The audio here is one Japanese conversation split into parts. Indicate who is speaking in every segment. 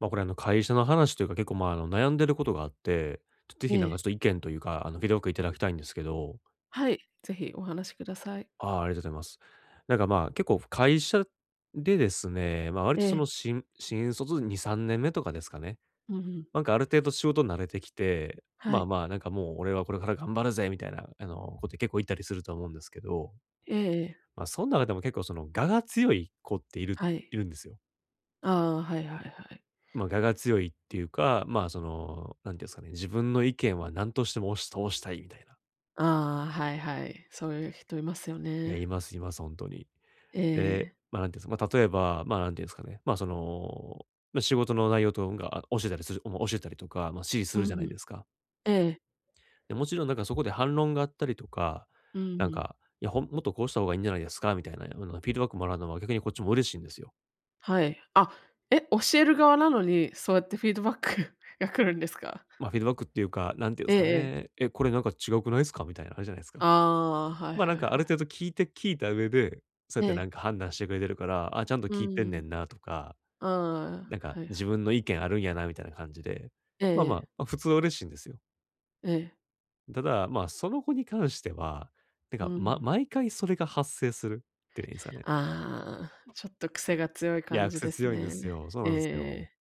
Speaker 1: まあ、これ会社の話というか、結構まあ、悩んでることがあって、ぜ
Speaker 2: え
Speaker 1: ひなんか
Speaker 2: え、
Speaker 1: ちょっと意見というか、フィードバックいただきたいんですけど。
Speaker 2: はい、ぜひお話しください。
Speaker 1: ああ、ありがとうございます。なんかまあ、結構会社でですね、ま、割
Speaker 2: え
Speaker 1: とその
Speaker 2: え、
Speaker 1: 新卒2、3年目とかですかね。
Speaker 2: うんうん、
Speaker 1: なんかある程度仕事慣れてきて、
Speaker 2: は
Speaker 1: まあ
Speaker 2: い。
Speaker 1: まあ、なんかもう俺はこれから頑張るぜみたいな、こと結構いたりすると思うんですけど、
Speaker 2: ええええ、
Speaker 1: ま、そん中でも結構その我が強い子っている
Speaker 2: はい。
Speaker 1: いるんですよ。
Speaker 2: ああ、はいはいはい。
Speaker 1: まあ、我が強いっていうか、まあ、なんていうんですかね、自分の意見は何としても押し通したいみたいな。
Speaker 2: ああ、はいはい。そういう人いますよ
Speaker 1: いや、
Speaker 2: ね。
Speaker 1: いますいます、本当に。
Speaker 2: え
Speaker 1: で、
Speaker 2: え、
Speaker 1: まあ、なんていうんですかまあ、例えば、まあ、なんていうんですかね、まあ、ま、仕事の内容とかが、あ、教えたりするお教えたりとか、まあ、指示す
Speaker 2: う
Speaker 1: る
Speaker 2: んう
Speaker 1: じゃない
Speaker 2: ん、
Speaker 1: ですか。
Speaker 2: ええ、
Speaker 1: で、もちろんなんかそこで反論があったりとか、
Speaker 2: うんう
Speaker 1: なん
Speaker 2: ん、
Speaker 1: か、いや、もっとこうした方がいいんじゃないですかみたいなあのフィードバックもらうのは逆にこっちも嬉しいんですよ。
Speaker 2: はい。あ、え、教える側なのに、そうやってフィードバック が来るんですか？
Speaker 1: まあ、フィードバックっていうか、なんていうんで
Speaker 2: え
Speaker 1: す
Speaker 2: え
Speaker 1: か
Speaker 2: ええ、
Speaker 1: ね、これなんか違うくないですかみたいな、あれじゃないですか。
Speaker 2: ああ、はい
Speaker 1: ま、なん
Speaker 2: はい
Speaker 1: かあ
Speaker 2: は
Speaker 1: る
Speaker 2: い。
Speaker 1: 程度聞いた上で、そうやっ
Speaker 2: え
Speaker 1: てな
Speaker 2: え、
Speaker 1: んか判断してくれてるから、ちゃんと
Speaker 2: う
Speaker 1: 聞いてんね
Speaker 2: ん、
Speaker 1: んなとか、
Speaker 2: あ
Speaker 1: なん
Speaker 2: あ、
Speaker 1: か
Speaker 2: はい。
Speaker 1: 自分の意見あるんやなみたいな感じで、
Speaker 2: ええ
Speaker 1: まあ
Speaker 2: え
Speaker 1: まあ、
Speaker 2: え、
Speaker 1: ま、普通は嬉しいんですよ。ただ、まあ、その子に関しては、なん
Speaker 2: う
Speaker 1: か、
Speaker 2: ん。
Speaker 1: 毎回それが発生するっていうんですかね。
Speaker 2: ああ、ちょっと癖が強い
Speaker 1: い
Speaker 2: 感
Speaker 1: や、
Speaker 2: じ
Speaker 1: 癖
Speaker 2: です
Speaker 1: 強いんです
Speaker 2: ね。
Speaker 1: よ。そうなんです
Speaker 2: え
Speaker 1: よ。
Speaker 2: え。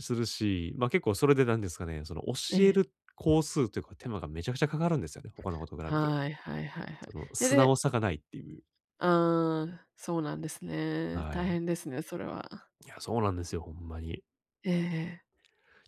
Speaker 1: するし、ま、結構それでなんですかね、その
Speaker 2: え
Speaker 1: 教え
Speaker 2: え、
Speaker 1: る工数というか手間がめちゃくちゃかかるんですよね、他の子と比べて。
Speaker 2: はいはいはいはい。
Speaker 1: その素直さがないっていう。
Speaker 2: ああ、そうなんですね。
Speaker 1: は
Speaker 2: 大
Speaker 1: い。
Speaker 2: 変ですね、それは。
Speaker 1: いや、そうなんですよ、ほんまに。
Speaker 2: ええ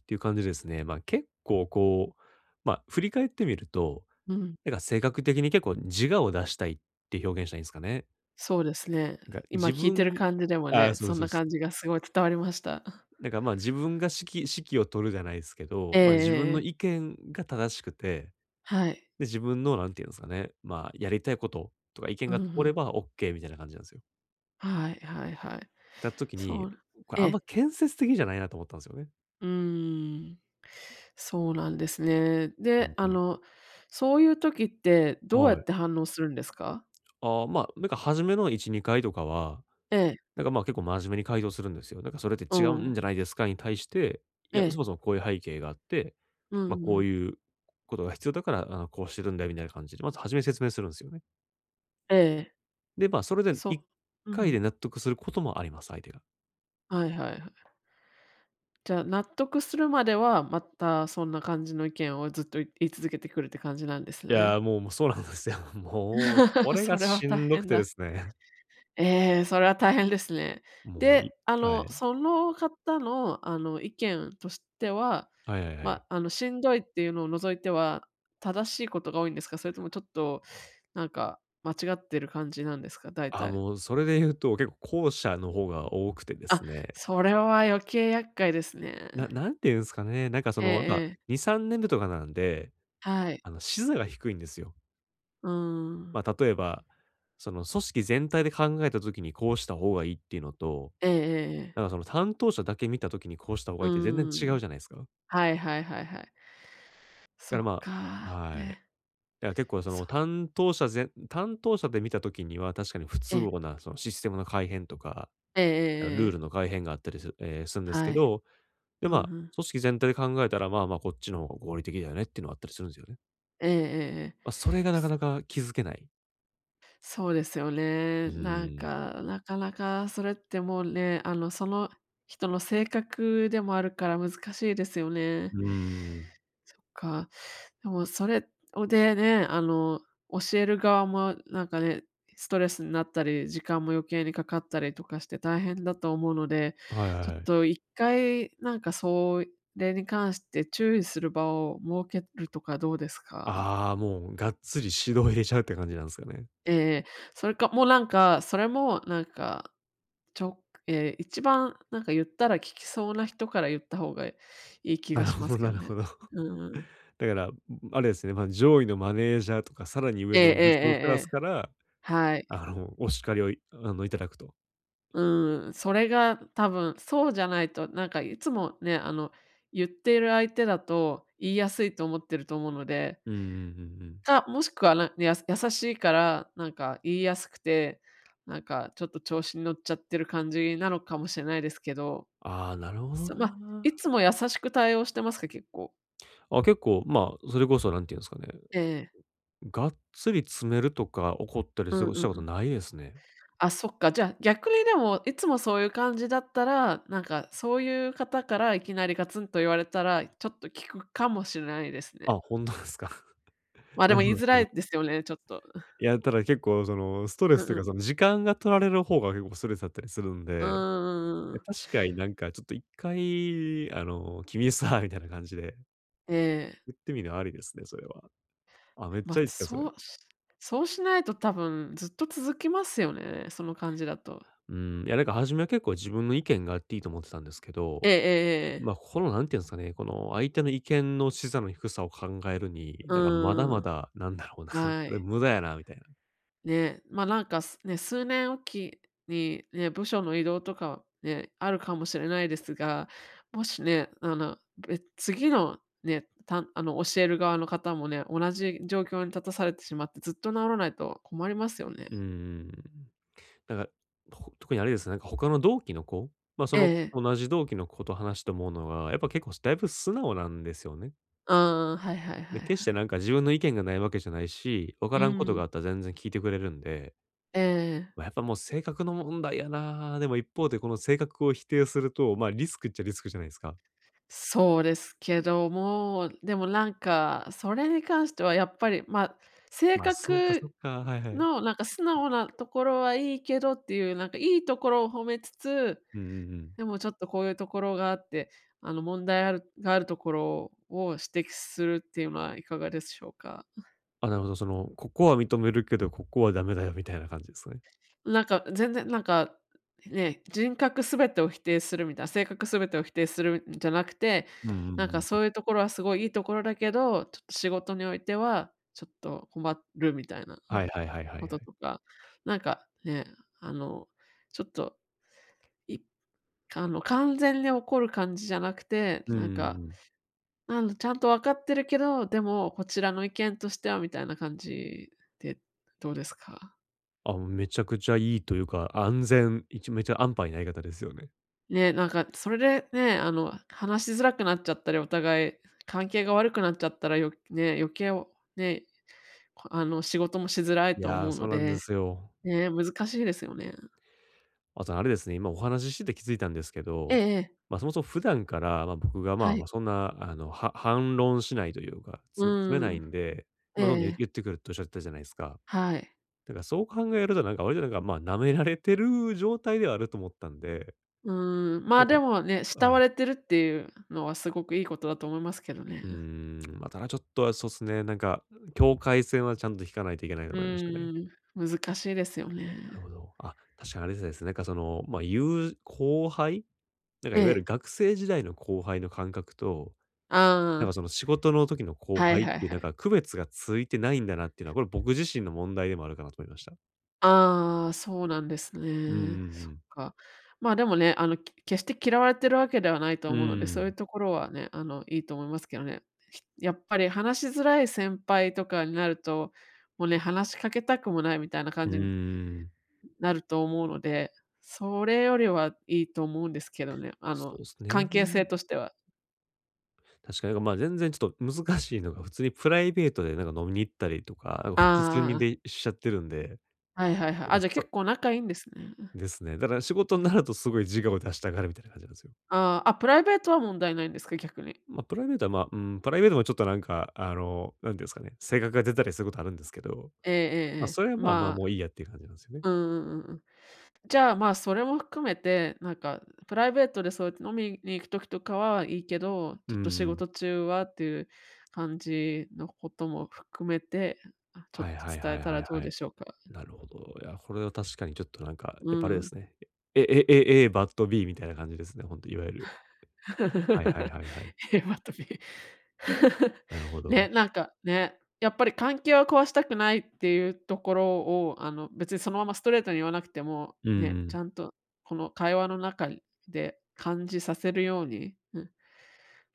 Speaker 1: っていう感じですね。まあ、結構こう、まあ、振り返ってみると、
Speaker 2: うん、
Speaker 1: なんか性格的に結構自我を出したいって表現したらいいんですかね。
Speaker 2: そうですね。
Speaker 1: なんか
Speaker 2: 今
Speaker 1: 自
Speaker 2: 聞いてる
Speaker 1: 分
Speaker 2: 感じでも
Speaker 1: ああ、
Speaker 2: ね、
Speaker 1: そう
Speaker 2: そん
Speaker 1: そう
Speaker 2: な
Speaker 1: そ
Speaker 2: 感
Speaker 1: う。
Speaker 2: じがすごい伝わりました。
Speaker 1: なんか、まあ、自分が指揮を取るじゃないですけど、
Speaker 2: えええ
Speaker 1: まあ、自分
Speaker 2: え
Speaker 1: の
Speaker 2: え
Speaker 1: 意
Speaker 2: え。
Speaker 1: 見が正しくて、
Speaker 2: はい。
Speaker 1: で、自分のなんていうんですかね、まあ、やりたいこととか意見
Speaker 2: うん
Speaker 1: が
Speaker 2: う
Speaker 1: 通れ
Speaker 2: ん。
Speaker 1: ばオッケーみたいな感じなんですよ。
Speaker 2: はいはいはい。
Speaker 1: だった時に、
Speaker 2: そう。
Speaker 1: これ
Speaker 2: え
Speaker 1: あんま
Speaker 2: え、
Speaker 1: 建設的じゃないなと思ったんですよね。
Speaker 2: うーん。そうなんですね。
Speaker 1: うん
Speaker 2: で、
Speaker 1: う
Speaker 2: あ
Speaker 1: ん。
Speaker 2: の、そういう時ってどうや
Speaker 1: は
Speaker 2: っ
Speaker 1: い。
Speaker 2: て反応するんですか？
Speaker 1: ああ、まあ、なんか初めの1、2回とかは、
Speaker 2: ええ、
Speaker 1: なんか、まあ、結構真面目に回答するんですよ。なんか、それって
Speaker 2: う
Speaker 1: 違うん
Speaker 2: ん。
Speaker 1: じゃないですかに対して、い
Speaker 2: え
Speaker 1: や、そ
Speaker 2: え、
Speaker 1: もそもこういう背景があって、
Speaker 2: うん
Speaker 1: ま
Speaker 2: う
Speaker 1: あ、こう
Speaker 2: ん。
Speaker 1: いうことが必要だから、こうしてるんだよみたいな感じで、まず初めに説明するんですよね。
Speaker 2: ええ。
Speaker 1: で、まあ、それで1
Speaker 2: そう。う
Speaker 1: 回
Speaker 2: ん。
Speaker 1: で納得することもあります、相手が。
Speaker 2: はいはいはい。じゃあ、納得するまでは、またそんな感じの意見をずっと言い続けてくるって感じなんです
Speaker 1: いや
Speaker 2: ね。
Speaker 1: ー、もうもう、そうなんですよ。もう、こ れが
Speaker 2: それは
Speaker 1: し
Speaker 2: 大
Speaker 1: んどく
Speaker 2: 変
Speaker 1: てで
Speaker 2: だ。
Speaker 1: すね。
Speaker 2: ええ、それは大変ですね。
Speaker 1: もう、
Speaker 2: で、あ
Speaker 1: は
Speaker 2: の、
Speaker 1: い。
Speaker 2: その方の、あの、意見としては、
Speaker 1: はいはいはい。
Speaker 2: まあ、あの、しんどいっていうのを除いては、正しいことが多いんですか？それともちょっと、なんか、間違ってる感じなんですか？大
Speaker 1: あ、
Speaker 2: 体。
Speaker 1: もう、それで言うと、結構後者の方が多くてで
Speaker 2: あ、
Speaker 1: すね。
Speaker 2: それは余計厄介ですね。
Speaker 1: なんて言うんですかね、なんか、
Speaker 2: ええ
Speaker 1: やっぱ
Speaker 2: ええ。
Speaker 1: 2、3年目とかなんで
Speaker 2: はい。
Speaker 1: 視座が低いんですよ。
Speaker 2: うん。
Speaker 1: まあ、例えば、その組織全体で考えたときにこうした方がいいっていうのと、
Speaker 2: ええええええ。
Speaker 1: なんかその担当者だけ見たときにこうした方が
Speaker 2: う
Speaker 1: いいって全然
Speaker 2: ー
Speaker 1: 違う
Speaker 2: ん。
Speaker 1: じゃないですか。
Speaker 2: はいはいはいはい。
Speaker 1: だか
Speaker 2: そっ
Speaker 1: ら、まあ、
Speaker 2: か。
Speaker 1: はい。
Speaker 2: ね、
Speaker 1: だから結構そ
Speaker 2: そ
Speaker 1: の
Speaker 2: う。
Speaker 1: 担当者全担当者で見たときには確かに不
Speaker 2: え
Speaker 1: 都合
Speaker 2: え。
Speaker 1: なそのシステムの改変とか、
Speaker 2: ええええええ
Speaker 1: ルー
Speaker 2: え
Speaker 1: ル
Speaker 2: え。
Speaker 1: の改変があったりするんですけ
Speaker 2: はい。
Speaker 1: ど、で、
Speaker 2: う
Speaker 1: ま
Speaker 2: ん
Speaker 1: あ、
Speaker 2: うん。
Speaker 1: 組織全体で考えたら、まあまあこっちの方が合理的だよねっていうのはあったりするんですよね。
Speaker 2: えええええ
Speaker 1: まあ、それがなか
Speaker 2: え。
Speaker 1: なか気づけない。
Speaker 2: そうですよ
Speaker 1: う
Speaker 2: ね。
Speaker 1: ー
Speaker 2: なん
Speaker 1: ん。
Speaker 2: か、なかなかそれってもうね、あの、その人の性格でもあるから難しいですよ
Speaker 1: う
Speaker 2: ね。
Speaker 1: ーん。
Speaker 2: そっか。でもそれをでね、あの、教える側もなんかね、ストレスになったり、時間も余計にかかったりとかして大変だと思うので、
Speaker 1: はいはい
Speaker 2: ちょっ
Speaker 1: はい。
Speaker 2: と一回なんかそれに関して注意する場を設けるとかどうですか？
Speaker 1: ああ、もうがっつり指導入れちゃうって感じなんですかね。
Speaker 2: ええ、それか、もうなんか、それもなんか、ええ、一番なんか言ったら聞きそうな人から言った方がいい 気が
Speaker 1: なる
Speaker 2: し
Speaker 1: ほ
Speaker 2: ます
Speaker 1: ど
Speaker 2: け
Speaker 1: な
Speaker 2: ど
Speaker 1: る
Speaker 2: ね。
Speaker 1: ほど。
Speaker 2: うんうん。
Speaker 1: だから、あれですね、まあ、上位のマネージャーとか、さらに上
Speaker 2: えええ
Speaker 1: の
Speaker 2: ええ
Speaker 1: 部長クラ
Speaker 2: え
Speaker 1: ス
Speaker 2: ええ。
Speaker 1: から、
Speaker 2: はい。
Speaker 1: お叱りをいあの、いただくと。
Speaker 2: うん、それが多分、そうじゃないと、なんかいつもね、あの、言っている相手だと言いやすいと思ってると思うので、
Speaker 1: うんうんうんうん。
Speaker 2: か、もしくは、優しいから、なんか言いやすくて、なんかちょっと調子に乗っちゃってる感じなのかもしれないですけど
Speaker 1: ああ、なるほど
Speaker 2: ま、い
Speaker 1: な。
Speaker 2: つも優しく対応してますか？結構。
Speaker 1: あ、結構、まあ、それこそ何て言うんですかね、
Speaker 2: ええ。
Speaker 1: がっつり詰めるとか怒ったり
Speaker 2: うんうん
Speaker 1: し
Speaker 2: う
Speaker 1: たこと
Speaker 2: ん。
Speaker 1: ないですね。
Speaker 2: あ、そっか、じゃあ、逆にでも、いつもそういう感じだったら、なんかそういう方からいきなりガツンと言われたら、ちょっと聞くかもしれないです
Speaker 1: あ、
Speaker 2: ね。
Speaker 1: ほんとですか。
Speaker 2: ま、
Speaker 1: な
Speaker 2: でも
Speaker 1: るほ
Speaker 2: 言い
Speaker 1: どなる
Speaker 2: づ
Speaker 1: ほ
Speaker 2: らい
Speaker 1: ど。
Speaker 2: ですよね、ちょっと。
Speaker 1: いや、ただ結構そのストレ
Speaker 2: う
Speaker 1: ス
Speaker 2: ん
Speaker 1: という
Speaker 2: う
Speaker 1: か、
Speaker 2: ん。
Speaker 1: その時間が取られる方が結構ストレスだったりするん
Speaker 2: うんう
Speaker 1: で
Speaker 2: んうんう
Speaker 1: え、
Speaker 2: ん。
Speaker 1: 確かになんかちょっと一回、あの、君さ、みたいな感じで
Speaker 2: ええ。
Speaker 1: 言ってみるのありですね、それは。あ、めっち
Speaker 2: ま、
Speaker 1: ゃいいですね、それ。
Speaker 2: そうしないと多分ずっと続きますよね、その感じだと。
Speaker 1: うん、いやなんか初めは結構自分の意見があっていいと思ってたんですけど、
Speaker 2: ええええええ。
Speaker 1: まあ、このなんていうんですかね、この相手の意見の視座の低さを考えるに、
Speaker 2: う
Speaker 1: なんかまだ
Speaker 2: ー
Speaker 1: ま
Speaker 2: ん。
Speaker 1: だ、なんだろうな、こ
Speaker 2: は
Speaker 1: れ
Speaker 2: い。
Speaker 1: 無駄やなみたいな。
Speaker 2: ね、ま、なんか、すね、数年おきにね、部署の移動とかね、あるかもしれないですが、もしね、あの、次のね、あの、教える側の方もね、同じ状況に立たされてしまって、ずっと治らないと困りますよね。
Speaker 1: うん。なんか、特にあれですね、なんか他の同期の子、まあ、その子
Speaker 2: え
Speaker 1: と
Speaker 2: え
Speaker 1: 同じ同期の子と話して思うのが、やっぱ結構だいぶ素直なんですよね。
Speaker 2: ああ、はいはいは
Speaker 1: で、
Speaker 2: いは
Speaker 1: 決してなん
Speaker 2: い。
Speaker 1: か自分の意見がないわけじゃないし、わか
Speaker 2: う
Speaker 1: らんことが
Speaker 2: ん。
Speaker 1: あったら全然聞いてくれるんで、
Speaker 2: ええ。
Speaker 1: ま、やっぱもう性格の問題やな。でも一方でこの性格を否定すると、ま、リスクっちゃリスクじゃないですか。
Speaker 2: そうですけども、でもなんか、それに関してはやっぱり、まあ、性
Speaker 1: ま、そうか
Speaker 2: 格
Speaker 1: そうか、はいはい。
Speaker 2: のなんか素直なところはいいけどっていう、なんかいいところを褒めつつ、
Speaker 1: うんうんうん。
Speaker 2: でもちょっとこういうところがあって、あの問題あるがあるところを指摘するっていうのはいかがでしょうか？
Speaker 1: あ、なるほど、ここは認めるけど、ここはダメだよみたいな感じですね。
Speaker 2: なんか、全然なんか、ね、人格すべてを否定するみたいな、性格すべてを否定するんじゃなくて、
Speaker 1: うんう
Speaker 2: なんか
Speaker 1: んうん。
Speaker 2: そういうところはすごいいいところだけど、ちょっと仕事においては、ちょっと困るみたいな
Speaker 1: はいはいはいは
Speaker 2: こ
Speaker 1: いは
Speaker 2: と
Speaker 1: い。
Speaker 2: とか、なんかね、あの、ちょっと、いあの、完全に怒る感じじゃなくて、
Speaker 1: うんう
Speaker 2: なん
Speaker 1: んう
Speaker 2: か、
Speaker 1: ん。
Speaker 2: あの、ちゃんと分かってるけど、でもこちらの意見としてはみたいな感じでどうですか？
Speaker 1: あ、めちゃくちゃいいというか、安全、めちゃ安牌な言い方ですよね。
Speaker 2: ね、なんかそれでね、あの、話しづらくなっちゃったり、お互い関係が悪くなっちゃったら、よね、余計をね、あの、仕事もしづらい
Speaker 1: い
Speaker 2: と
Speaker 1: や、
Speaker 2: 思う
Speaker 1: そ
Speaker 2: の
Speaker 1: うなんで
Speaker 2: で、
Speaker 1: すよ。
Speaker 2: ね、難しいですよね。
Speaker 1: あとあれですね、今お話ししてて気づいたんですけ
Speaker 2: ええ
Speaker 1: ど、
Speaker 2: ええ、
Speaker 1: まあ、そもそも普段から、まあ、僕が、ま
Speaker 2: は
Speaker 1: あ、
Speaker 2: い。
Speaker 1: ま、そんな、反論しないというか、
Speaker 2: う
Speaker 1: 詰め
Speaker 2: ー
Speaker 1: ない
Speaker 2: ん。
Speaker 1: んで、まあ、どんど
Speaker 2: え
Speaker 1: ん
Speaker 2: え
Speaker 1: 言ってくるとおっしゃってたじゃないですか。
Speaker 2: はい。
Speaker 1: だからそう考えるとなんか割となんか、まあ、舐められてる状態ではあると思ったんで、
Speaker 2: うーん、
Speaker 1: な
Speaker 2: ま、
Speaker 1: ん
Speaker 2: で
Speaker 1: か、
Speaker 2: もね、慕
Speaker 1: は
Speaker 2: わ
Speaker 1: い。
Speaker 2: れてるっていうのはすごくいいことだと思いますけどね。
Speaker 1: うーん、まあ、ただちょっとそうですね、なんか境界線はちゃんと引かないといけないと
Speaker 2: う
Speaker 1: 思いましたね。
Speaker 2: ーん、難しいですよ
Speaker 1: なる
Speaker 2: ね。
Speaker 1: ほど。あ、確かにあれですね、なんかその、まあ、ゆう後輩、なんか
Speaker 2: え
Speaker 1: いわゆる
Speaker 2: え、
Speaker 1: 学生時代の後輩の感覚となんか
Speaker 2: ああ、
Speaker 1: その仕事の時の後
Speaker 2: はい
Speaker 1: 輩っ
Speaker 2: はい
Speaker 1: ていう
Speaker 2: は
Speaker 1: なん
Speaker 2: い。
Speaker 1: か区別がついてないんだなっていうのは、これ僕自身の問題でもあるかなと思いました。
Speaker 2: ああ、そうなんです
Speaker 1: うんうんう
Speaker 2: ね。そっ
Speaker 1: ん。
Speaker 2: か。まあ、でもね、あの、決して嫌われてるわけではないと
Speaker 1: う
Speaker 2: 思うので、
Speaker 1: ー
Speaker 2: そうい
Speaker 1: ん。
Speaker 2: うところはね、あの、いいと思いますけどね。やっぱり話しづらい先輩とかになると、もうね、話しかけたくもないみたいな
Speaker 1: う
Speaker 2: 感
Speaker 1: ー
Speaker 2: じに
Speaker 1: ん。
Speaker 2: なると思うので、それよりはいいと思うんですけどね、あ
Speaker 1: そ
Speaker 2: の、
Speaker 1: うです
Speaker 2: 関
Speaker 1: ね。
Speaker 2: 係性としては。
Speaker 1: 確かにまあ全然ちょっと難しいのが、普通にプライベートで飲みに行ったりとか、複数人
Speaker 2: あ
Speaker 1: でしちゃってるんで、
Speaker 2: あ、はいはいはい。
Speaker 1: なん
Speaker 2: あ、
Speaker 1: か
Speaker 2: じゃ、
Speaker 1: そ
Speaker 2: 結構仲いいんですね。
Speaker 1: ですね。だから仕事になるとすごい自我を出したがるみたいな感じなんですよ。
Speaker 2: ああ、あ、プライベートは問題ないんですか？逆に。
Speaker 1: まあプライベートはまあ、うん、プライベートもちょっとなんていうんですかね、性格が出たりすることあるんですけど、
Speaker 2: えええ
Speaker 1: まあ
Speaker 2: えええ。
Speaker 1: それはまあまあ
Speaker 2: ま
Speaker 1: も
Speaker 2: あ、
Speaker 1: ういいやっていう感じなんですよね。
Speaker 2: うんうんうんうん。じゃあ、まあ、それも含めて、なんかプライベートでそうやって飲みに行くときとかはいいけど、
Speaker 1: うん
Speaker 2: ちょ
Speaker 1: う
Speaker 2: っと仕
Speaker 1: ん。
Speaker 2: 事中はっていう感じのことも含めて、あ、ちょっ
Speaker 1: は
Speaker 2: と
Speaker 1: いはい
Speaker 2: 伝
Speaker 1: は
Speaker 2: え
Speaker 1: い
Speaker 2: た
Speaker 1: は
Speaker 2: ら
Speaker 1: い
Speaker 2: どう
Speaker 1: は
Speaker 2: で
Speaker 1: い。
Speaker 2: しょうか？
Speaker 1: なるほど。いや、これは確かにちょっと
Speaker 2: う
Speaker 1: やっぱあれで
Speaker 2: ん。
Speaker 1: すね。A バッド B みたいな感じですね。ほんといわゆる。はいはい はいはい。
Speaker 2: え、またび
Speaker 1: なるほ
Speaker 2: ね、
Speaker 1: ど。
Speaker 2: なんかね、やっぱり関係は壊したくないっていうところを、あの、別にそのままストレートに言わなくても、
Speaker 1: う
Speaker 2: ね、ち
Speaker 1: ん。
Speaker 2: ゃんとこの会話の中で感じさせるように、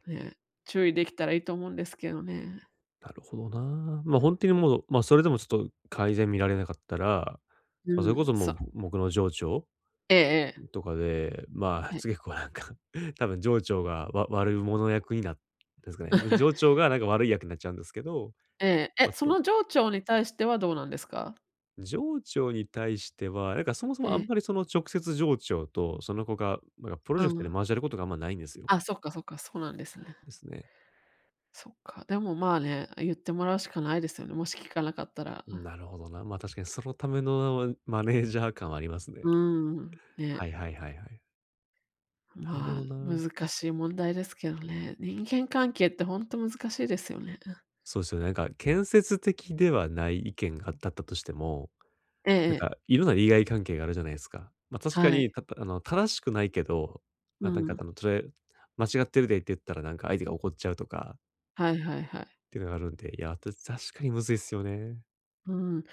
Speaker 2: ね、注意できたらいいと思うんですけどね。
Speaker 1: なるほどな。ま、あ本当にもう、ま、あそれでもちょっと改善見られなかったら、
Speaker 2: う
Speaker 1: まあ、それこ
Speaker 2: ん、
Speaker 1: そもう、
Speaker 2: そう。
Speaker 1: 僕の上長
Speaker 2: ええええ、
Speaker 1: とかで、まあ
Speaker 2: はい。
Speaker 1: 結構多分上長が悪者役になっですかね。上長 がなんか悪い役になっちゃうんですけど、
Speaker 2: ええ、
Speaker 1: ま、
Speaker 2: え、そ
Speaker 1: そ
Speaker 2: の上長に対してはどうなんですか？
Speaker 1: 上長に対しては、なんかそもそ
Speaker 2: え
Speaker 1: もあん
Speaker 2: え、
Speaker 1: まりその直接上長とその子が、なんかプロジ
Speaker 2: う
Speaker 1: ェクトで
Speaker 2: ん。
Speaker 1: 交わることがあんまないんですよ。
Speaker 2: あ、そっかそっか、そうなんですね。
Speaker 1: ですね。
Speaker 2: そっか、でもまあね、言ってもらうしかないですよね、もし聞かなかったら。
Speaker 1: なるほどな。まあ確かにそのためのマネージャー感はありますね。
Speaker 2: うん、ね、
Speaker 1: はいはいはいはい。なるほ
Speaker 2: まあ、
Speaker 1: どな。
Speaker 2: 難しい問題ですけどね。人間関係って本当難しいですよね。
Speaker 1: そうですよね。なんか建設的ではない意見がだったとしても、
Speaker 2: ええ
Speaker 1: なん
Speaker 2: ええ、
Speaker 1: かいろんな利害関係があるじゃないですか。まあ確か
Speaker 2: は
Speaker 1: に、
Speaker 2: い。
Speaker 1: あの、正しくないけど、ま
Speaker 2: う
Speaker 1: あ
Speaker 2: ん。
Speaker 1: それ間違ってるでって言ったら相手が怒っちゃうとかっ
Speaker 2: はいはいはい。
Speaker 1: ていうのがあるんで、いや、確かにむずいっすよね。
Speaker 2: うん。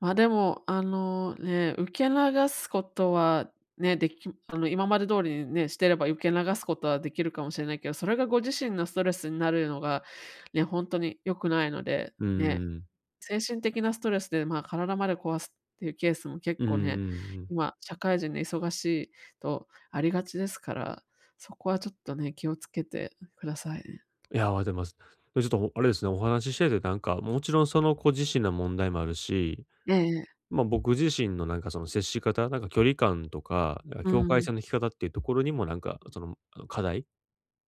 Speaker 2: ま、でも、あの、ね、受け流すことはね、あの、今まで通りにね、してれば受け流すことはできるかもしれないけど、それがご自身のストレスになるのが、ね、本当に良くないので、
Speaker 1: うー
Speaker 2: ね、
Speaker 1: ん。
Speaker 2: 精神的なストレスで、まあ、体まで壊すっていうケースも結
Speaker 1: うんうん
Speaker 2: 構ね、
Speaker 1: うん。
Speaker 2: 今、社会人で忙しいとありがちですから、そこはちょっとね、気をつけてくださいね。
Speaker 1: いや、わかってます。で、ちょっとあれですね、お話ししてて、もちろんその子自身の問題もあるし、
Speaker 2: ええ
Speaker 1: ま、僕自身のその接し方、距離感とか、
Speaker 2: う
Speaker 1: 境界
Speaker 2: ん。
Speaker 1: 線の引き方っていうところにも課題、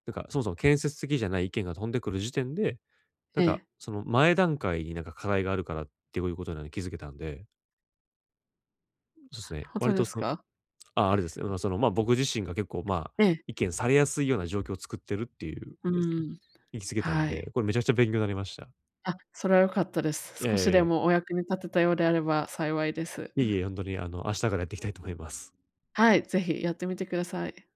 Speaker 1: そもそも建設的じゃない意見が飛んでくる時点で、
Speaker 2: ええ。
Speaker 1: その前段階に課題があるからっていうことに気づけたんで、そうですね、
Speaker 2: ほ
Speaker 1: 割と
Speaker 2: です
Speaker 1: その
Speaker 2: か？
Speaker 1: あ、あれですね。まあ、その、まあ、僕自身が結構、まあ、
Speaker 2: ええ。
Speaker 1: 意見されやすいような状況を作ってるっていう
Speaker 2: う
Speaker 1: ことですね。
Speaker 2: ん。
Speaker 1: 行き過ぎたん
Speaker 2: は
Speaker 1: で、
Speaker 2: い。
Speaker 1: これめちゃくちゃ勉強になりました。
Speaker 2: あ、それは良かったで
Speaker 1: い
Speaker 2: す。
Speaker 1: や
Speaker 2: 少
Speaker 1: い
Speaker 2: し
Speaker 1: やい
Speaker 2: で
Speaker 1: や、
Speaker 2: もお役に立てたようであれば幸いです。
Speaker 1: いえ
Speaker 2: う
Speaker 1: い
Speaker 2: ん、
Speaker 1: え、本当に、あの、明日からやっていきたいと思います。
Speaker 2: はい、ぜひやってみてください。